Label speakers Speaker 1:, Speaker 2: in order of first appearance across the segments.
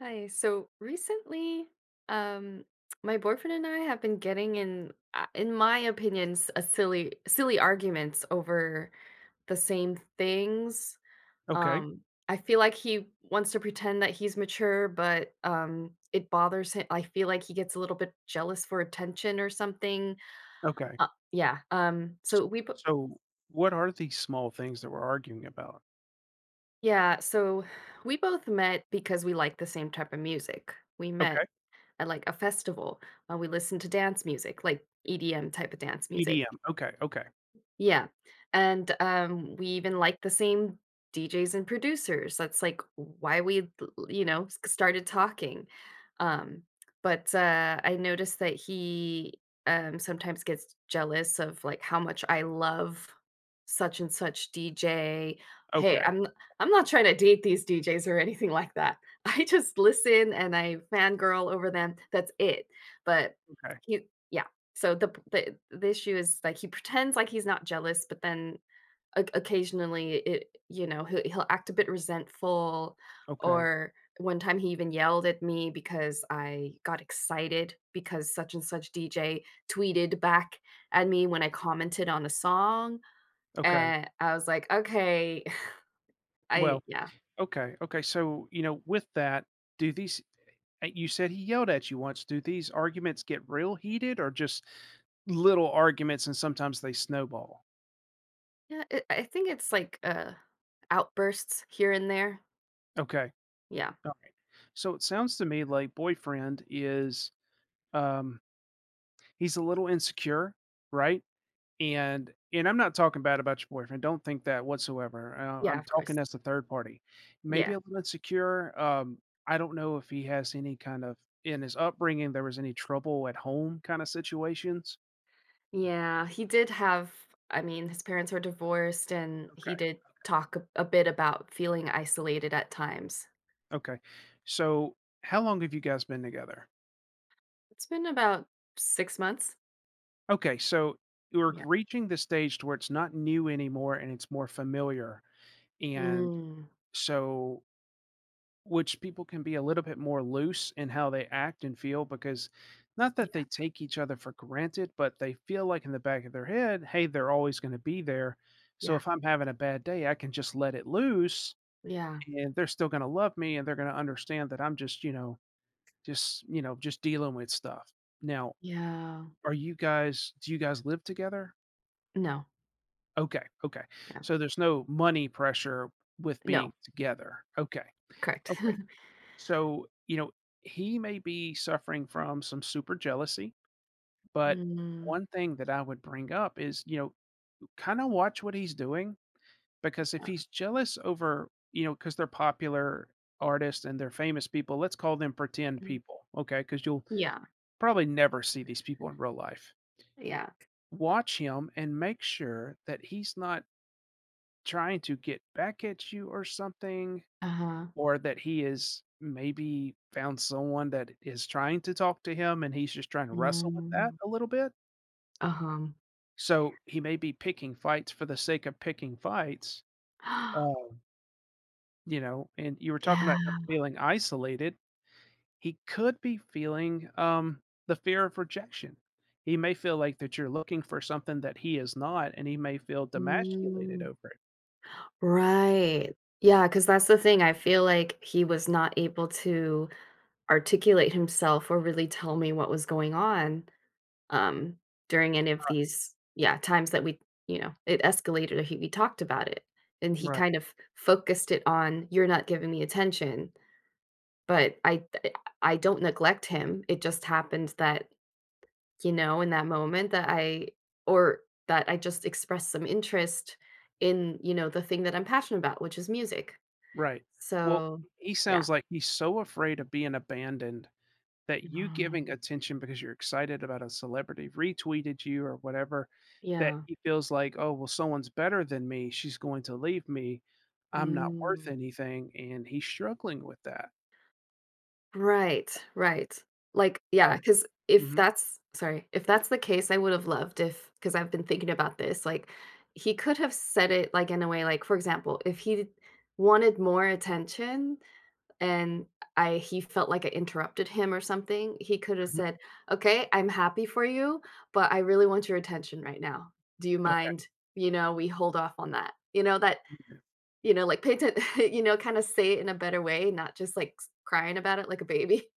Speaker 1: Hi. So recently, um, my boyfriend and I have been getting in my opinions, a silly arguments over the same things.
Speaker 2: Okay,
Speaker 1: Um, I feel like he wants to pretend that he's mature, but it bothers him. I feel like he gets a little bit jealous for attention or something.
Speaker 2: okay.
Speaker 1: Yeah.
Speaker 2: S so, what are these small things that we're arguing about?
Speaker 1: Yeah. So we both met because we like the same type of music. We
Speaker 2: Okay,
Speaker 1: met at like a festival. We listened to dance music, like EDM type of dance music.
Speaker 2: EDM, okay, okay,
Speaker 1: Yeah, and, we even like the same DJs and producers, that's, like, why we you know, s started talking, um, but, I noticed that he, sometimes gets jealous of, like, how much I love such and such DJ. Hey,
Speaker 2: okay,
Speaker 1: I'm not trying to date these DJs or anything like that. I just listen and I fangirl over them, that's it, but
Speaker 2: okay,
Speaker 1: he yeah. So the issue is, like, he pretends like he's not jealous, but then o occasionally he'll act a bit resentful,
Speaker 2: okay,
Speaker 1: or one time he even yelled at me because I got excited because such and such DJ tweeted back at me when I commented on a song,
Speaker 2: okay.
Speaker 1: and I was like, "Okay." I
Speaker 2: Well,
Speaker 1: yeah.
Speaker 2: okay, okay, so, you know, with that, do these you said he yelled at you once, do these arguments get real heated or just little arguments and sometimes they snowball?
Speaker 1: Yeah, it I think it's like, outbursts here and there.
Speaker 2: Okay,
Speaker 1: Yeah.
Speaker 2: alright. So, it sounds to me like boyfriend is, um, he's a little insecure, right? And I'm not talking bad about your boyfriend, don't think that whatsoever,
Speaker 1: Yeah,
Speaker 2: I'm
Speaker 1: of
Speaker 2: talking
Speaker 1: course.
Speaker 2: as a third party. Maybe
Speaker 1: Yeah.
Speaker 2: a little insecure, I don't know if he has any kind of in his upbringing, there was any trouble at home kinda situations?
Speaker 1: Yeah, he did have I mean, his parents were divorced, and he
Speaker 2: Okay,
Speaker 1: did talk a bit about feeling isolated at times.
Speaker 2: okay. So, how long have you guys been together?
Speaker 1: It's been about 6 months.
Speaker 2: Okay, so we are
Speaker 1: Yeah.
Speaker 2: reaching the stage to where it's not new anymore and it's more familiar, and
Speaker 1: Mm,
Speaker 2: so Which people can be a little bit more loose in how they act and feel because not that they
Speaker 1: yeah,
Speaker 2: take each other for granted, but they feel like in the back of their head, hey, they're always going to be there. So
Speaker 1: yeah,
Speaker 2: if I'm having a bad day, I can just let it loose
Speaker 1: yeah,
Speaker 2: and they're still going to love me and they're going to understand that I'm just, you know, just, you know, just dealing with stuff. Now,
Speaker 1: yeah.
Speaker 2: are you guys, do you guys live together?
Speaker 1: No,
Speaker 2: Okay. Okay.
Speaker 1: yeah,
Speaker 2: So there's no money pressure with being
Speaker 1: no,
Speaker 2: together. Okay.
Speaker 1: correct.
Speaker 2: Okay. So, you know, he may be suffering from some super jealousy, but
Speaker 1: Mm.
Speaker 2: one thing that I would bring up is, you know, kind of watch what he's doing because if
Speaker 1: Yeah.
Speaker 2: he's jealous over, you know, because they're popular artists and they're famous people, let's call them pretend
Speaker 1: Mm,
Speaker 2: people, okay? Because you'll
Speaker 1: yeah,
Speaker 2: probably never see these people in real life.
Speaker 1: yeah.
Speaker 2: Watch him and make sure that he's not trying to get back at you or something
Speaker 1: Uh-huh.
Speaker 2: or that he is maybe found someone that is trying to talk to him and he's just trying to wrestle with that
Speaker 1: Mm,
Speaker 2: a little bit.
Speaker 1: uh-huh.
Speaker 2: So he may be picking fights for the sake of picking fights. Um, you know, and you were talking about him
Speaker 1: Yeah.
Speaker 2: feeling isolated. He could be feeling the fear of rejection. He may feel like that you're looking for something that he is not, and he may feel demasculated
Speaker 1: Mm,
Speaker 2: over it.
Speaker 1: right. Yeah, because that's the thing, I feel like he was not able to articulate himself or really tell me what was going on, um, during any of these, yeah, times that we it escalated or he we talked about it, and he
Speaker 2: Right,
Speaker 1: kind of focused it on, "You're not giving me attention," but I don't neglect him, it just happened that, you know, in that moment that I or that I just expressed some interest in, you know, the thing that I'm passionate about, which is music.
Speaker 2: right. Well,
Speaker 1: So,
Speaker 2: he
Speaker 1: yeah.
Speaker 2: sounds like he's so afraid of being abandoned that you
Speaker 1: Oh,
Speaker 2: giving attention because you're excited about a celebrity retweeted you or whatever, that
Speaker 1: yeah.
Speaker 2: he feels like, "Oh, well, someone's better than me. She's going to leave me. I'm not worth
Speaker 1: Mm.
Speaker 2: anything," and he's struggling with that.
Speaker 1: Right, right. Like, yeah.
Speaker 2: Um
Speaker 1: Because if
Speaker 2: Mhm,
Speaker 1: that's sorry, if that's the case, I would have loved if. Because 'cause I've been thinking about this, like, he could have said it, like, in a way, like, for example, if he wanted more attention and I he felt like I interrupted him or something, he could have
Speaker 2: mhm,
Speaker 1: said, "Okay, I'm happy for you, but I really want your attention right now. Do you
Speaker 2: okay.
Speaker 1: mind, you know, we hold off on that?" You know, that like, pay atten kinda say it in a better way, not just, like, s crying about it like a baby.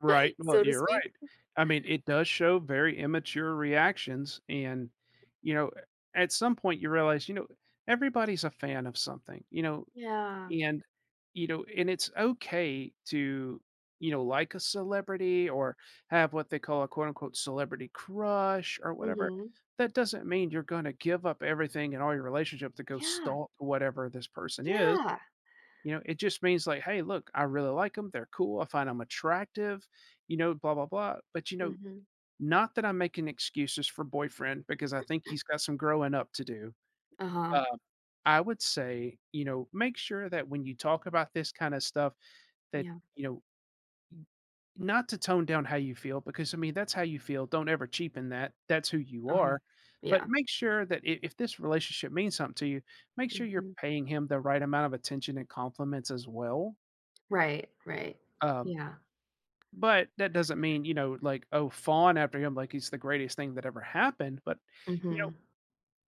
Speaker 2: Right, well,
Speaker 1: So to
Speaker 2: you're
Speaker 1: speak?
Speaker 2: right. I mean, it does show very immature reactions, and, you know, at some point, you realize, you know, everybody's a fan of something,
Speaker 1: Yeah.
Speaker 2: And, you know, and it's okay to, you know, like a celebrity or have what they call a quote unquote celebrity crush or whatever.
Speaker 1: Mhm.
Speaker 2: That doesn't mean you're going to give up everything and all your relationship to go
Speaker 1: Yeah.
Speaker 2: stalk whatever this person is.
Speaker 1: Yeah.
Speaker 2: You know, it just means like, hey, look, I really like them. They're cool. I find them attractive, you know, blah, blah, blah. But, you know,
Speaker 1: Mhm.
Speaker 2: not that I'm making excuses for boyfriend because I think he's got some growing up to do.
Speaker 1: Uh-huh.
Speaker 2: uh, I would say, you know, make sure that when you talk about this kind of stuff, that,
Speaker 1: Yeah.
Speaker 2: you know, not to tone down how you feel, because I mean, that's how you feel. Don't ever cheapen that. That's who you
Speaker 1: Uh-huh.
Speaker 2: are. But
Speaker 1: Yeah.
Speaker 2: make sure that if this relationship means something to you, make sure you're
Speaker 1: Mhm.
Speaker 2: paying him the right amount of attention and compliments as well.
Speaker 1: Right, right.
Speaker 2: Um,
Speaker 1: Yeah.
Speaker 2: but that doesn't mean, you know, like, oh, fawn after him like he's the greatest thing that ever happened. But, you know,
Speaker 1: Mhm.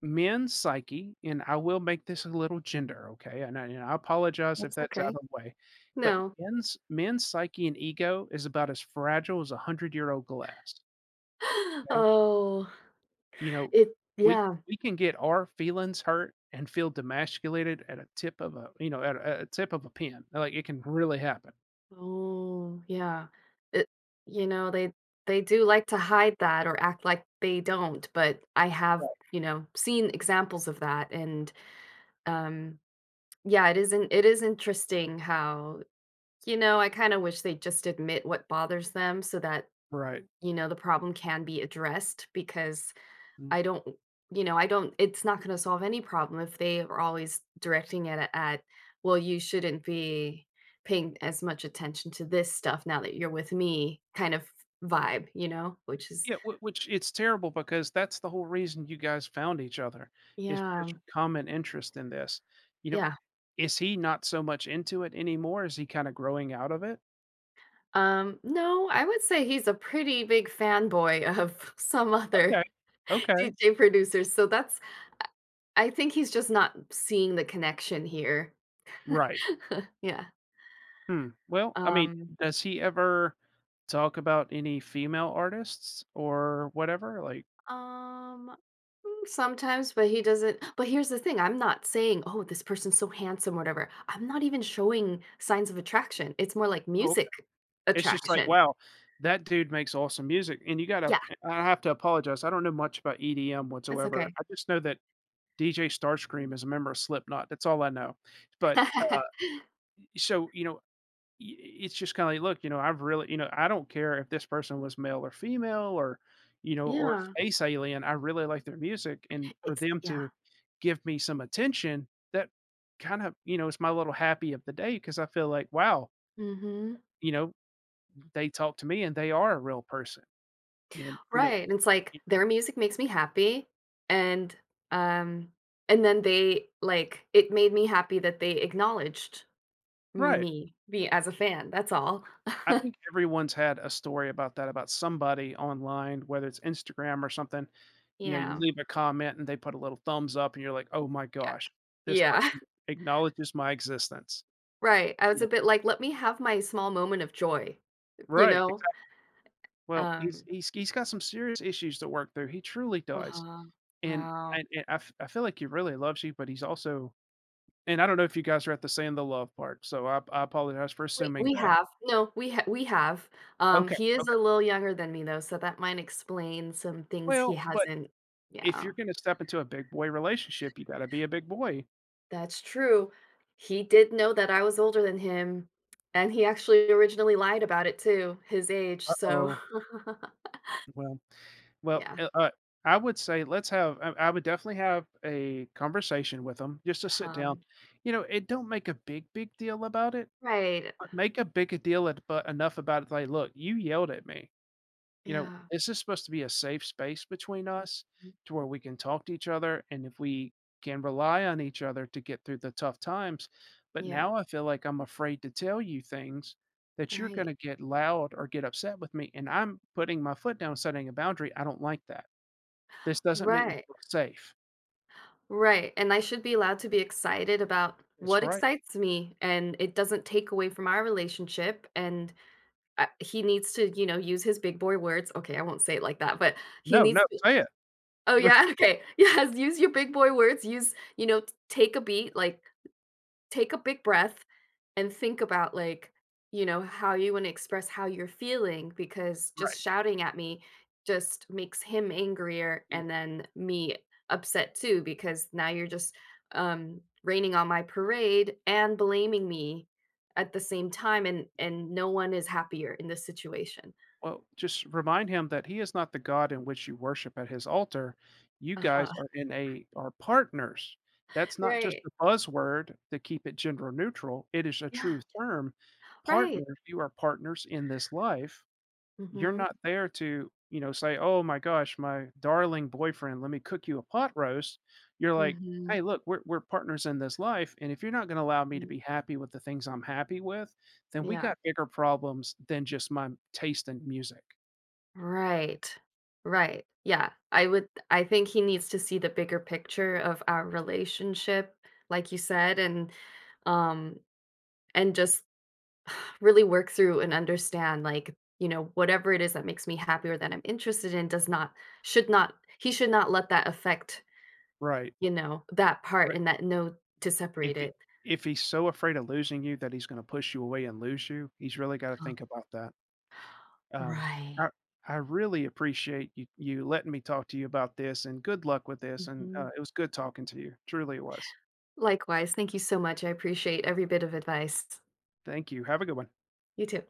Speaker 2: Men's psyche, and I will make this a little gender, okay? And I apologize if
Speaker 1: That's
Speaker 2: that's out of
Speaker 1: okay.
Speaker 2: the way, but
Speaker 1: No.
Speaker 2: men's psyche and ego is about as fragile as a hundred-year-old glass. Okay,
Speaker 1: Oh,
Speaker 2: you know,
Speaker 1: it
Speaker 2: we
Speaker 1: yeah.
Speaker 2: we can get our feelings hurt and feel demasculated at a tip of a you know at a tip of a pen. Like it can really happen,
Speaker 1: Oh, yeah. It you know, they they do like to hide that or act like they don't, but I have, you know, seen examples of that, and, um, yeah, it is interesting how, you know, I kind of wish they'd just admit what bothers them so that,
Speaker 2: Right.
Speaker 1: you know, the problem can be addressed because
Speaker 2: Mm.
Speaker 1: I don't, you know, I don't, it's not going to solve any problem if they are always directing it at, well, you shouldn't be paying as much attention to this stuff now that you're with me kind of vibe, you know, which is,
Speaker 2: Yeah, which it's terrible because that's the whole reason you guys found each other is because
Speaker 1: yeah,
Speaker 2: your common interest in this. You know,
Speaker 1: yeah.
Speaker 2: Is he not so much into it anymore? Is he kinda growing out of it?
Speaker 1: No, I would say he's a pretty big fanboy of some other
Speaker 2: Okay. Okay.
Speaker 1: DJ producers. So that's I think he's just not seeing the connection here.
Speaker 2: Right.
Speaker 1: Yeah.
Speaker 2: Hmm. Well, I mean,
Speaker 1: Um
Speaker 2: does he ever talk about any female artists or whatever? Like,
Speaker 1: um, sometimes, but he doesn't but here's the thing, I'm not saying, "Oh, this person's so handsome," or whatever. I'm not even showing signs of attraction. It's more like
Speaker 2: okay.
Speaker 1: music
Speaker 2: It's just like,
Speaker 1: attraction.
Speaker 2: wow, that dude makes awesome music, and you gotta
Speaker 1: Yeah,
Speaker 2: I have to apologize, I don't know much about EDM
Speaker 1: that's
Speaker 2: whatsoever.
Speaker 1: okay.
Speaker 2: I just know that DJ Starscream is a member of Slipknot, that's all I know. But, so, you know, it's just kind of like, look, you know, I've really, you know, I don't care if this person was male or female or, you know, or
Speaker 1: Yeah.
Speaker 2: space alien. I really like their music. And for
Speaker 1: It's
Speaker 2: them
Speaker 1: yeah.
Speaker 2: to give me some attention, that kind of, you know, it's my little happy of the day because I feel like, wow,
Speaker 1: Mhm.
Speaker 2: you know, they talk to me and they are a real person. And, you know,
Speaker 1: Right, and it's like
Speaker 2: y-
Speaker 1: their music makes me happy and, um, and then they like, it made me happy that they acknowledged
Speaker 2: right.
Speaker 1: me, as a fan, that's all.
Speaker 2: I think everyone's had a story about that, about somebody online, whether it's Instagram or something. You know, you
Speaker 1: Yeah,
Speaker 2: leave a comment and they put a little thumbs up, and you're like, "Oh my
Speaker 1: yeah,
Speaker 2: gosh, this
Speaker 1: yeah,
Speaker 2: person acknowledges my existence."
Speaker 1: right, I
Speaker 2: You
Speaker 1: was
Speaker 2: know,
Speaker 1: a bit like, "Let me have my small moment of joy," you
Speaker 2: right?
Speaker 1: know?
Speaker 2: Exactly. Well, he's
Speaker 1: Um
Speaker 2: he's he's got some serious issues to work through. He truly does,
Speaker 1: Uh-huh.
Speaker 2: and
Speaker 1: Wow.
Speaker 2: and I I feel like he really loves you, but he's also and I don't know if you guys are at the saying the love part, so I apologize for
Speaker 1: We
Speaker 2: assuming
Speaker 1: we
Speaker 2: that.
Speaker 1: have. No, we have.
Speaker 2: Okay,
Speaker 1: He is a
Speaker 2: okay.
Speaker 1: little younger than me, though, so that might explain some things he
Speaker 2: Well, but
Speaker 1: hasn't
Speaker 2: if
Speaker 1: Yeah,
Speaker 2: you're going to step into a big boy relationship, you got to be a big boy
Speaker 1: that's true. He did know that I was older than him, and he actually originally lied about it too, his age, so
Speaker 2: Oh, well well,
Speaker 1: yeah,
Speaker 2: I would say let's have I would definitely have a conversation with them just to sit down.
Speaker 1: um
Speaker 2: You know, it don't make a big, big deal about it,
Speaker 1: Right,
Speaker 2: but make a big a deal at but enough about it, like, "Look, you yelled at me you know,
Speaker 1: yeah.
Speaker 2: this is supposed to be a safe space between us
Speaker 1: Mhm.
Speaker 2: to where we can talk to each other and if we can rely on each other to get through the tough times. But
Speaker 1: Yeah,
Speaker 2: now I feel like I'm afraid to tell you things that you're going to
Speaker 1: right.
Speaker 2: get loud or get upset with me. And I'm putting my foot down, setting a boundary. I don't like that. This doesn't make me
Speaker 1: Right,
Speaker 2: feel safe.
Speaker 1: right, and I should be allowed to be excited about
Speaker 2: That's
Speaker 1: what
Speaker 2: right.
Speaker 1: excites me, and it doesn't take away from our relationship, and, he needs to, you know, use his big boy words okay, I won't say it like that, but he
Speaker 2: No, no,
Speaker 1: needs to
Speaker 2: say it.
Speaker 1: Oh, yeah? Okay. Yes, use your big boy words, use you know, t take a beat, like, take a big breath and think about like you know how you want to express how you're feeling because just
Speaker 2: right.
Speaker 1: shouting at me just makes him angrier and then me upset too because now you're just raining on my parade and blaming me at the same time and no one is happier in this situation.
Speaker 2: Well, just remind him that he is not the God in which you worship at his altar. You guys
Speaker 1: Uh-huh,
Speaker 2: are in a are partners. That's not just
Speaker 1: right,
Speaker 2: a buzzword to keep it gender neutral. It is a
Speaker 1: yeah,
Speaker 2: true term. Partner,
Speaker 1: right.
Speaker 2: you are partners in this life. You're
Speaker 1: Mm-hmm.
Speaker 2: not there to, you know, say, "Oh my gosh, my darling boyfriend, let me cook you a pot roast." You're like,
Speaker 1: Mm-hmm.
Speaker 2: "Hey, look, we're partners in this life, and if you're not going to allow me to be happy with the things I'm happy with, then we
Speaker 1: Yeah.
Speaker 2: got bigger problems than just my taste in music."
Speaker 1: Right. Right. Yeah. I would I think he needs to see the bigger picture of our relationship, like you said, um and just really work through and understand like, you know, whatever it is that makes me happy or that I'm interested in does not should not he should not let that affect,
Speaker 2: Right,
Speaker 1: you know, that part
Speaker 2: but
Speaker 1: and that no to
Speaker 2: if
Speaker 1: separate
Speaker 2: he
Speaker 1: it.
Speaker 2: if he's so afraid of losing you that he's gonna push you away and lose you, he's really gotta
Speaker 1: Uh,
Speaker 2: think about that. Um, I
Speaker 1: Right.
Speaker 2: I really appreciate you you letting me talk to you about this, and good luck with this, and,
Speaker 1: Mhm.
Speaker 2: it was good talking to you. Truly it was.
Speaker 1: Likewise, thank you so much. I appreciate every bit of advice.
Speaker 2: Thank you. Have a good one.
Speaker 1: You too.